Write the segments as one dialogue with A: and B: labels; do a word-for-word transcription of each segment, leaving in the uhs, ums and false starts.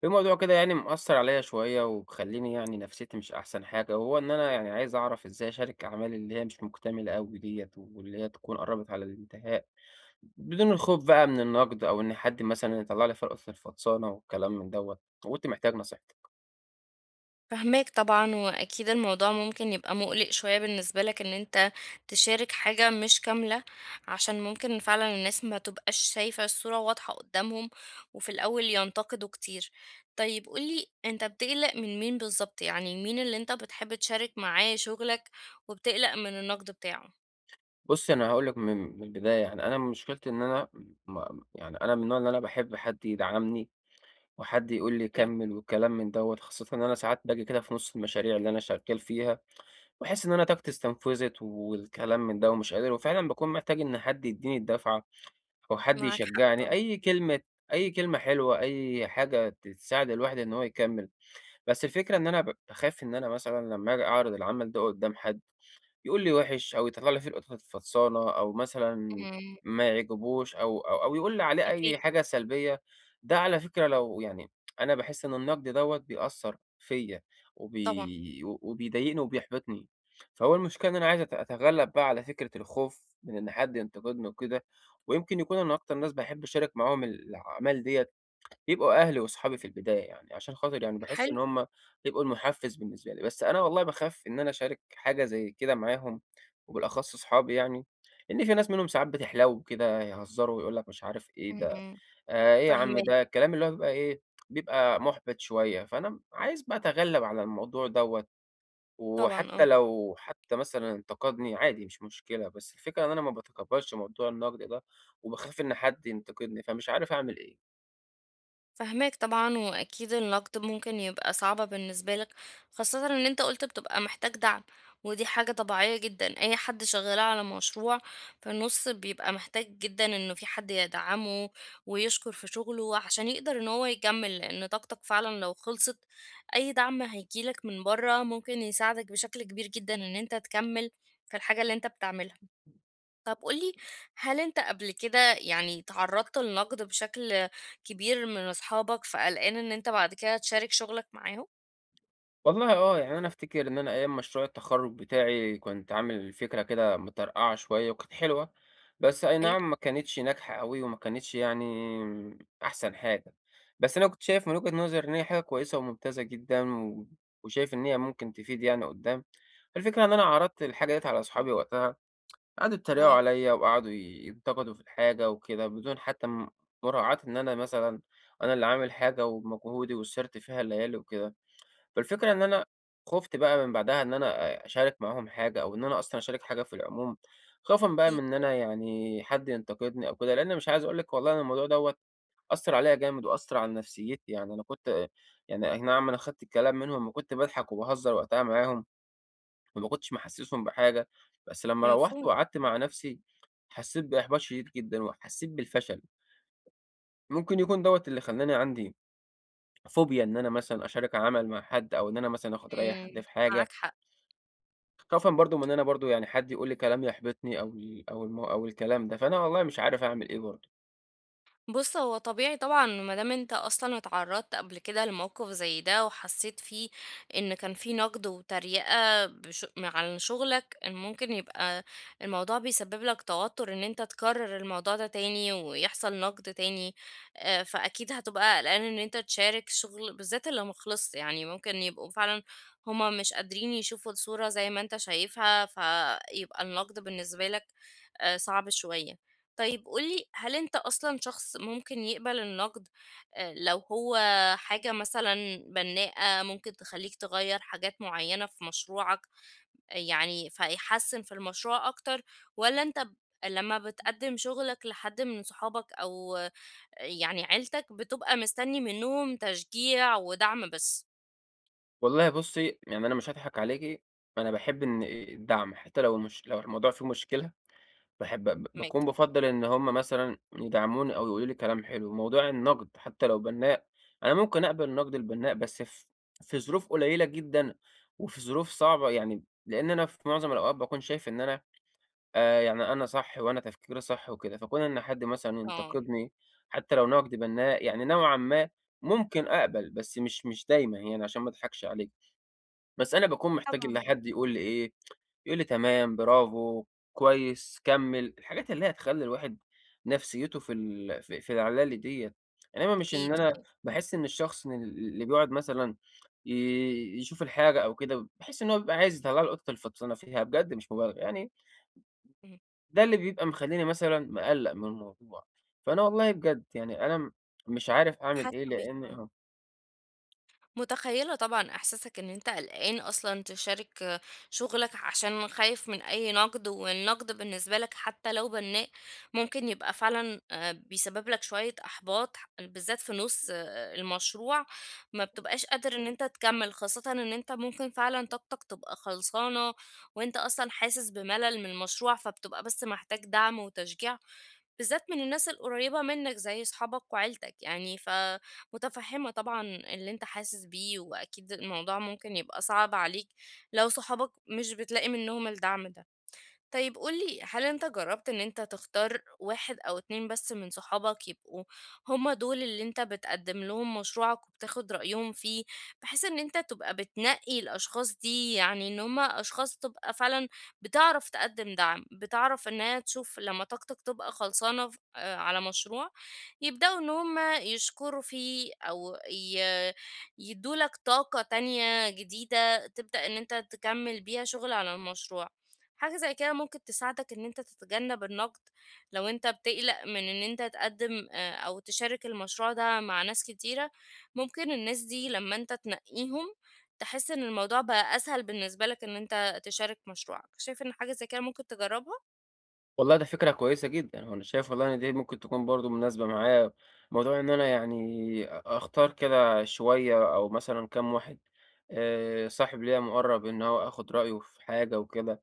A: في موضوع كده يعني مأثر عليا شوية ومخلّيني يعني نفسيتي مش أحسن حاجة، وهو إن أنا يعني عايز أعرف إزاي أشارك أعمالي اللي هي مش مكتملة أوي ديّة، واللي هي تكون قرّبت على الانتهاء، بدون الخوف بقى من النقد أو إن حد مثلًا يطلّع لي فرقة في الفطسانة والكلام من دوّة، وكنت محتاج نصيحتك.
B: فاهماك طبعًا، وأكيد الموضوع ممكن يبقى مُقلِق شوية بالنسبة لك إن أنت تشارك حاجة مش كاملة، عشان ممكن فعلًا الناس ما تبقاش شايفة الصورة واضحة قدّامهم، وفي الأول ينتقدوا كتير. طيب قُل لي أنت بتقلق من مين بالضبط، يعني مين اللي أنت بتحب تشارك معاه شغلك وبتقلق من النقد بتاعه؟
A: بُصّ، أنا هاقول لك من من البداية يعني. أنا مشكلتي إن أنا م يعني أنا من النوع اللي أنا باحب حد يدعمني وحد يقول لي
B: حلو.
A: كمّل والكلام من دوّة، خاصةً إن أنا ساعات باجي كده في نُص المشاريع اللي أنا شغّال فيها، باحس إن أنا طاقتي استنفذت والكلام من ده ومش قادر، وفعلًا باكون محتاج إن حد يدّيني الدفعة أو حد
B: معاك حق
A: يشجّعني،
B: طبعًا،
A: أي كلمة، أي كلمة حلوة، أي حاجة ت تساعد الواحد إن هو يكمّل. بس الفكرة إن أنا ب باخاف إن أنا مثلًا لمّا آجي أعرض العمل ده قدّام حد، يقول لي وِحِش أو يطلّع لي فيه القطط الفطسانة، أو مثلًا
B: إمم،
A: ما يعجبوش، أو أو أو يقول لي عليه أي
B: أكيد
A: حاجة سلبية. ده على فكرة لو يعني أنا باحس إن النقد دوّة بيأثّر فيّا
B: طبعًا،
A: وبي وبيضايقني وبيحبطني. فهو المشكلة إن أنا عايز أت أتغلّب بقى على فكرة الخوف من إن حد ينتقدني وكده. ويمكن يكون أنا أكتر ناس باحب أشارك معاهم الأعمال ديّة بيبقوا أهلي وأصحابي في البداية يعني، عشان خاطر يعني باحس
B: حلو،
A: إن هم بيبقوا المُحفّز بالنسبة لي. بس أنا والله باخاف إن أنا أشارك حاجة زي كده معاهم، وبالأخص أصحابي يعني. لإن في ناس منهم ساعات بتحلو كده يهزروا ويقول لك مش عارف إيه ده،
B: إمم،
A: آآ إيه يا عم
B: فاهماك
A: ده، الكلام اللي هو بيبقى إيه، بيبقى مُحبِط شوية. فأنا م عايز بقى أتغلّب على الموضوع دوّة،
B: طبعًا،
A: وحتى
B: آه.
A: لو حتى مثلًا انتقدني عادي مش مشكلة، بس الفكرة إن أنا ما باتقبّلش موضوع النقد ده، وباخاف إن حد ينتقدني، فمش عارف أعمل إيه.
B: فاهماك طبعًا، وأكيد النقد ممكن يبقى صعبة بالنسبة لك، خاصةً إن أنت قُلت بتبقى محتاج دعم، ودي حاجة طبيعية جدًا، أي حد شغال على مشروع في النُص بيبقى محتاج جدًا إنه في حد يدعمه ويشكر في شغله عشان يقدر إن هو يكمّل، لإن طاقتك فعلًا لو خلصت أي دعم هييجي لك من برّه ممكن يساعدك بشكل كبير جدًا إن أنت تكمّل في الحاجة اللي أنت بتعملها. طب قُل لي، هل أنت قبل كده يعني اتعرّضت لنقد بشكل كبير من أصحابك، فقلقان إن أنت بعد كده تشارك شغلك معاهم؟
A: والله آه، يعني أنا أفتكر إن أنا أيام مشروع التخرُّج بتاعي كنت عامل فكرة كده مترقعة شوية وكانت حلوة، بس أي
B: حلو،
A: نعم ما كانتش ناجحة أوي وما كانتش يعني أحسن حاجة، بس أنا كنت شايف من وجهة نظري إن هي حاجة كويسة وممتازة جدًا، و وشايف إن هي ممكن تفيد يعني قُدّام. الفكرة إن أنا عرضت الحاجة ديّة على أصحابي وقتها، قعدوا يتريقوا
B: آه،
A: عليّا وقعدوا ي- ينتقدوا في الحاجة وكده، بدون حتى م مراعاة إن أنا مثلًا أنا اللي عامل حاجة وبمجهودي وسهرت فيها الليالي وكده. فالفكرة إن أنا خُفت بقى من بعدها إن أنا أ أشارك معاهم حاجة، أو إن أنا أصلًا أشارك حاجة في العموم، خوفًا بقى
B: أكيد
A: من إن
B: طبعًا،
A: أنا يعني حد ينتقدني أو كده، لإن مش عايز أقول لِك، والله أنا الموضوع دوّة أثّر عليّا جامد وأثّر على نفسيتي. يعني أنا كنت، يعني أي نعم أنا خدت الكلام منهم وكنت باضحك وباهزر وقتها معاهم وما كنتش محسّسهم بحاجة، بس لمّا روّحت
B: مفهوم،
A: وقعدت مع نفسي حسّيت بإحباط شديد جدًا وحسّيت بالفشل. ممكن يكون دوّة اللي خلّاني عندي فوبيا إن أنا مثلًا أشارك عمل مع حد، أو إن أنا مثلًا آخُد رأي
B: إمم،
A: حد في حاجة.
B: معاك حق.
A: خوفًا برضه من إن أنا برضه يعني حد يقول لي كلام يحبطني، أو ال أو الم أو الكلام ده، فأنا والله مش عارف أعمل إيه برضه.
B: بُص، هو طبيعي طبعًا ما دام أنت أصلًا اتعرّضت قبل كده لموقف زي ده وحسّيت فيه إن كان في نَقْد وتريقة بش عن شُغلك، إن ممكن يبقى الموضوع بيسبب لك توتُّر إن أنت تكرّر الموضوع ده تاني ويحصل نَقْد تاني، آآ فأكيد هتبقى قلقان إن أنت تشارك شُغل بالذات اللي ما خلصش، يعني ممكن يبقوا فعلًا هم مش قادرين يشوفوا الصورة زي ما أنت شايفها، فيبقى النَقْد بالنسبة لك آآ صعب شوية. طيب قُل لي، هل أنت أصلًا شخص ممكن يقبل النقد آآ لو هو حاجة مثلًا بنّاءة ممكن تخلّيك تغيّر حاجات معيّنة في مشروعك، آه، يعني فيحسّن في المشروع أكتر، والّا أنت ب لمّا بتقدّم شغلك لحد من صحابك أو آه، يعني عيلتك بتبقى مستنّي منّهم تشجيع ودعم بس
A: والله بُصّي، يعني أنا مش هاضحك عليكِ، أنا باحب إن إيه الدعم حتى لو المش لو الموضوع فيه مشكلة، باحب ب باكون
B: منّك؟
A: بافضّل إن هم مثلًا يدعموني أو يقولوا لي كلام حلو. موضوع النقد حتى لو بنّاء، أنا ممكن أقبل النقد البنّاء بس في في ظروف قليلة جدًا وفي ظروف صعبة، يعني لإن أنا في معظم الأوقات باكون شايف إن أنا آآ يعني أنا صح وأنا تفكيري صح وكده، فكون إن حد مثلًا
B: آه،
A: ينتقدني حتى لو نقد بنّاء، يعني نوعًا ما ممكن أقبل، بس مش مش دايمًا يعني، عشان ما أضحكش عليك، بس أنا باكون محتاج إلا
B: طبعًا
A: حد يقول لي إيه، يقول لي تمام، برافو، كويس، كمّل، الحاجات اللي هي تخلّي الواحد نفسيته في ال في في العلالي ديّة، إنّما مش إن
B: أكيد،
A: أنا باحس إن الشخص إن ال اللي بيقعد مثلًا ي يشوف الحاجة أو كده، باحس إن هو بيبقى عايز يطلّع لي القطط الفطسانة فيها بجد مش مبالغة، يعني
B: إمم،
A: ده اللي بيبقى مخلّيني مثلًا مقلّق من الموضوع. فأنا والله بجد يعني أنا م مش عارف أعمل
B: حاسّة
A: إيه
B: بيك
A: لإن
B: آه.
A: آه،
B: متخيلة طبعا احساسك ان انت قلقان اصلا تشارك شغلك عشان خايف من اي نقد والنقد بالنسبة لك حتى لو بناء ممكن يبقى فعلا آه، بيسبب لك شوية احباط بالذات في نص آه، المشروع ما بتبقاش قادر ان انت تكمل خاصة ان انت ممكن فعلا طاقتك تبقى خلصانة وانت اصلا حاسس بملل من المشروع فبتبقى بس محتاج دعم وتشجيع بالذات من الناس القريبة منك زي صحابك وعيلتك يعني ف متفهمة طبعا اللي انت حاسس بيه واكيد الموضوع ممكن يبقى صعب عليك لو صحابك مش بتلاقي منهم الدعم ده طيب قولي هل انت جربت ان انت تختار واحد او اتنين بس من صحابك يبقوا هما دول اللي انت بتقدم لهم مشروعك وبتاخد رأيهم فيه بحيث ان انت تبقى بتنقي الاشخاص دي يعني ان هما اشخاص تبقى فعلا بتعرف تقدم دعم بتعرف ان هي تشوف لما طاقتك تبقى خلصانة ف- آه، على مشروع يبدأوا إن هم يشكروا فيه أو ي يدّولك طاقة تانية جديدة تبدأ إن أنت تكمّل بيها شغل على المشروع. حاجة زي كده ممكن تساعدك إن أنت تتجنب النقد لو أنت بتقلق من إن أنت تقدّم آآ أو تشارك المشروع ده مع ناس كتيرة، ممكن الناس دي لمّا أنت تنقّيهم تحس إن الموضوع بقى أسهل بالنسبة لك إن أنت تشارك مشروعك. شايف إن حاجة زي كده ممكن تجرّبها؟
A: والله ده فكرة كويسة جدًا، وأنا شايف والله إن دي ممكن تكون برضه مناسبة معايا، موضوع إن أنا يعني أ أختار كده شوية أو مثلًا كام واحد، آآ، صاحب ليّا مُقرّب إن هو آخُد رأيه في حاجة وكده.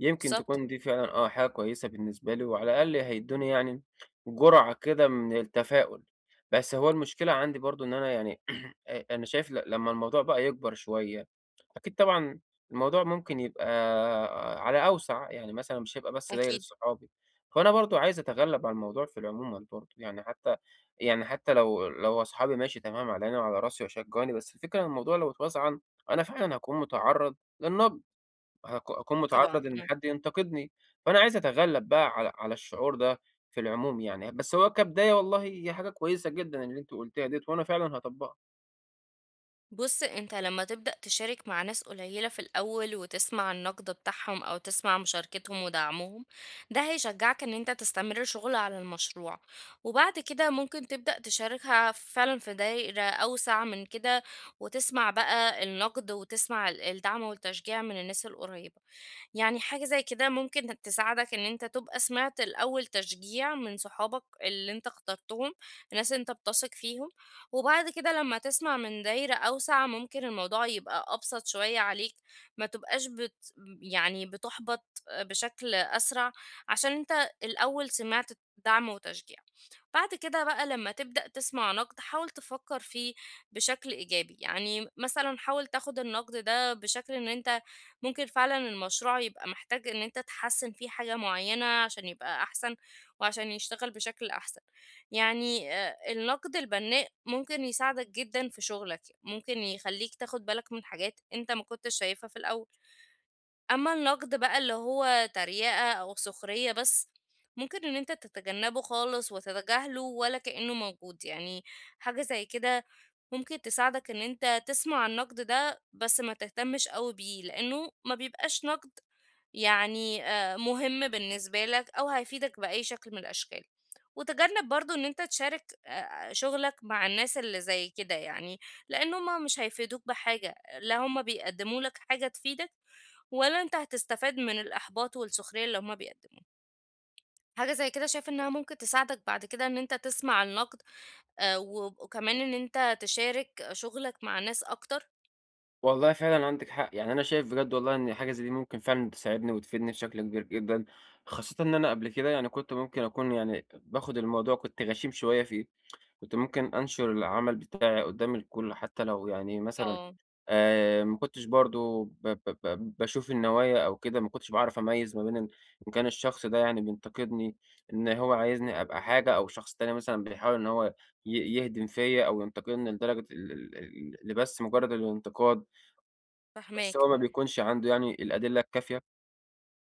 A: يمكن
B: بالضبط،
A: تكون دي فعلًا آه، حاجة كويسة بالنسبة لي، وعلى الأقل هيدّوني يعني جرعة كده من التفاؤل. بس هو المشكلة عندي برضه إن أنا يعني آآ، أنا شايف ل لمّا الموضوع بقى يكبر شوية، أكيد طبعًا الموضوع ممكن يبقى على أوسع، يعني مثلًا مش هيبقى بس دايرة
B: أكيد.
A: صحابي، فأنا برضه عايز أتغلب على الموضوع في العموم برضه، يعني حتى يعني حتى لو لو أصحابي ماشي تمام على عيني وعلى راسي وشجعوني، بس الفكرة إن الموضوع لو اتوسع عن- أنا فعلًا هاكون متعرض للنقد. هاك أكون
B: طبعًا،
A: متعرّض إن
B: إمم.
A: حد ينتقدني، فأنا عايز أتغلّب بقى على على الشعور ده في العموم يعني، بس هو كبداية والله هي حاجة كويسة جدًا اللي أنتِ قُلتيها ديّة، وأنا فعلًا هاطبّقها.
B: بُص، أنت لمّا تبدأ تشارك مع ناس قليلة في الأول وتسمع النقد بتاعهم أو تسمع مشاركتهم ودعمهم، ده هيشجعك إن أنت تستمر شغل على المشروع، وبعد كده ممكن تبدأ تشاركها فعلًا في دايرة أوسع من كده، وتسمع بقى النقد وتسمع ال الدعم والتشجيع من الناس القريبة. يعني حاجة زي كده ممكن تساعدك إن أنت تبقى سمعت الأول تشجيع من صحابك اللي أنت اخترتهم، الناس اللي أنت بتثق فيهم، وبعد كده لمّا تسمع من دايرة أوسع ممكن الموضوع يبقى أبسط شوية عليك، ما تبقاش بت يعني بتُحبط بشكل أسرع، عشان أنت الأول سمعت دعم وتشجيع. بعد كده بقى لمّا تبدأ تسمع نقد حاول تفكّر فيه بشكل إيجابي، يعني مثلًا حاول تاخد النقد ده بشكل إن أنت ممكن فعلًا المشروع يبقى محتاج إن أنت تحسّن فيه حاجة معيّنة عشان يبقى أحسن وعشان يشتغل بشكل أحسن. يعني آآ النقد البناء ممكن يساعدك جدًا في شغلك، ممكن يخلّيك تاخد بالك من حاجات أنت ما كنتش شايفها في الأول، أمّا النقد بقى اللي هو تريقة أو سخرية بس، ممكن إن أنت تتجنبه خالص وتتجاهله ولا كإنه موجود، يعني حاجة زي كده ممكن تساعدك إن أنت تسمع النقد ده بس ما تهتمش أوي بيه، لإنه ما بيبقاش نقد يعني آآ مهم بالنسبة لك أو هيفيدك بأي شكل من الأشكال. وتجنب برضه إن أنت تشارك آآ شغلك مع الناس اللي زي كده يعني، لإن هُم مش هيفيدوك بحاجة، لا هُم بيقدموا لك حاجة تفيدك، ولا أنت هتستفاد من الإحباط والسخرية اللي هُم بيقدموها. حاجة زي كده شايف إنها ممكن تساعدك بعد كده إن أنت تسمع النقد آآ وب وكمان إن أنت تشارك شغلك مع ناس أكتر؟
A: والله فعلًا عندِك حق، يعني أنا شايف بجد والله إن حاجة زي دي ممكن فعلًا تساعدني وتفيدني بشكل كبير جدًا، خاصةً إن أنا قبل كده يعني كنت ممكن أكون يعني باخد الموضوع، كنت غشيم شوية فيه. كنت ممكن أنشر العمل بتاعي قدّام الكل، حتى لو يعني مثلًا
B: آه.
A: آآ ما كنتش برضه ب ب ب باشوف النوايا أو كده، ما كنتش باعرف أميّز ما بين إن إن كان الشخص ده يعني بينتقدني إن هو عايزني أبقى حاجة، أو شخص تاني مثلًا بيحاول إن هو ي يهدم فيّا أو ينتقدني لدرجة ال ال ال لبس مجرد الانتقاد، بس
B: فاهماك،
A: هو ما بيكونش عنده يعني الأدلة الكافية.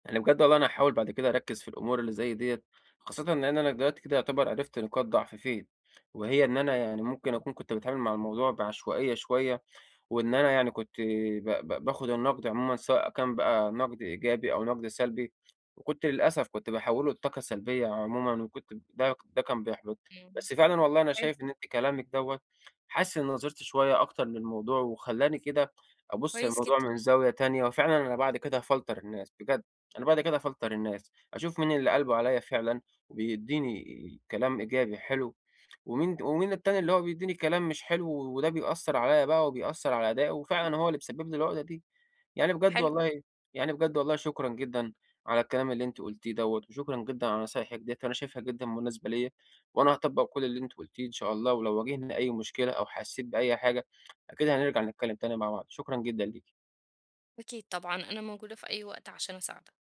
A: يعني بجد والله أنا هاحاول بعد كده أركّز في الأمور اللي زي ديّة، خاصةً إن أنا دلوقتي كده يعتبر عرفت نقاط ضعفي فين، وهي إن أنا يعني ممكن أكون كنت باتعامل مع الموضوع بعشوائية شوية، وإن أنا يعني كنت ب ب باخد النقد عمومًا سواء كان بقى نقد إيجابي أو نقد سلبي، وكنت للأسف كنت باحوّله لطاقة سلبية عمومًا، وكنت ب- ده ده كان بيحبطني.
B: إمم،
A: بس فعلًا والله أنا
B: حلو.
A: شايف إن أنتِ كلامِك دوّة، حاسس إن نظرتي شوية أكتر للموضوع وخلّاني كده أبُص
B: كويس
A: للموضوع
B: جدًا،
A: من زاوية تانية، وفعلًا أنا بعد كده هافلتر الناس بجد، أنا بعد كده هافلتر الناس، أشوف مين اللي قلبه عليّا فعلًا وبيدّيني كلام إيجابي حلو، ومين ومين التاني اللي هو بيدّيني كلام مش حلو، وده بيأثّر عليّا بقى وبيأثّر على أدائي، وفعلًا هو اللي مسبب لي العقدة دي. يعني بجد
B: حلو.
A: والله يعني بجد والله شكرًا جدًا على الكلام اللي أنتِ قُلتيه دوّة، وشكرًا جدًا على نصايحِك ديّة، أنا شايفها جدًا مناسبة ليّا، وأنا هاطبّق كل اللي أنتِ قُلتيه إن شاء الله، ولو واجهني أي مشكلة أو حسّيت بأي حاجة أكيد هنرجع نتكلّم تاني مع بعض، شكرًا جدًا ليكِ.
B: أكيد طبعًا، أنا موجودة في أي وقت عشان أساعدك.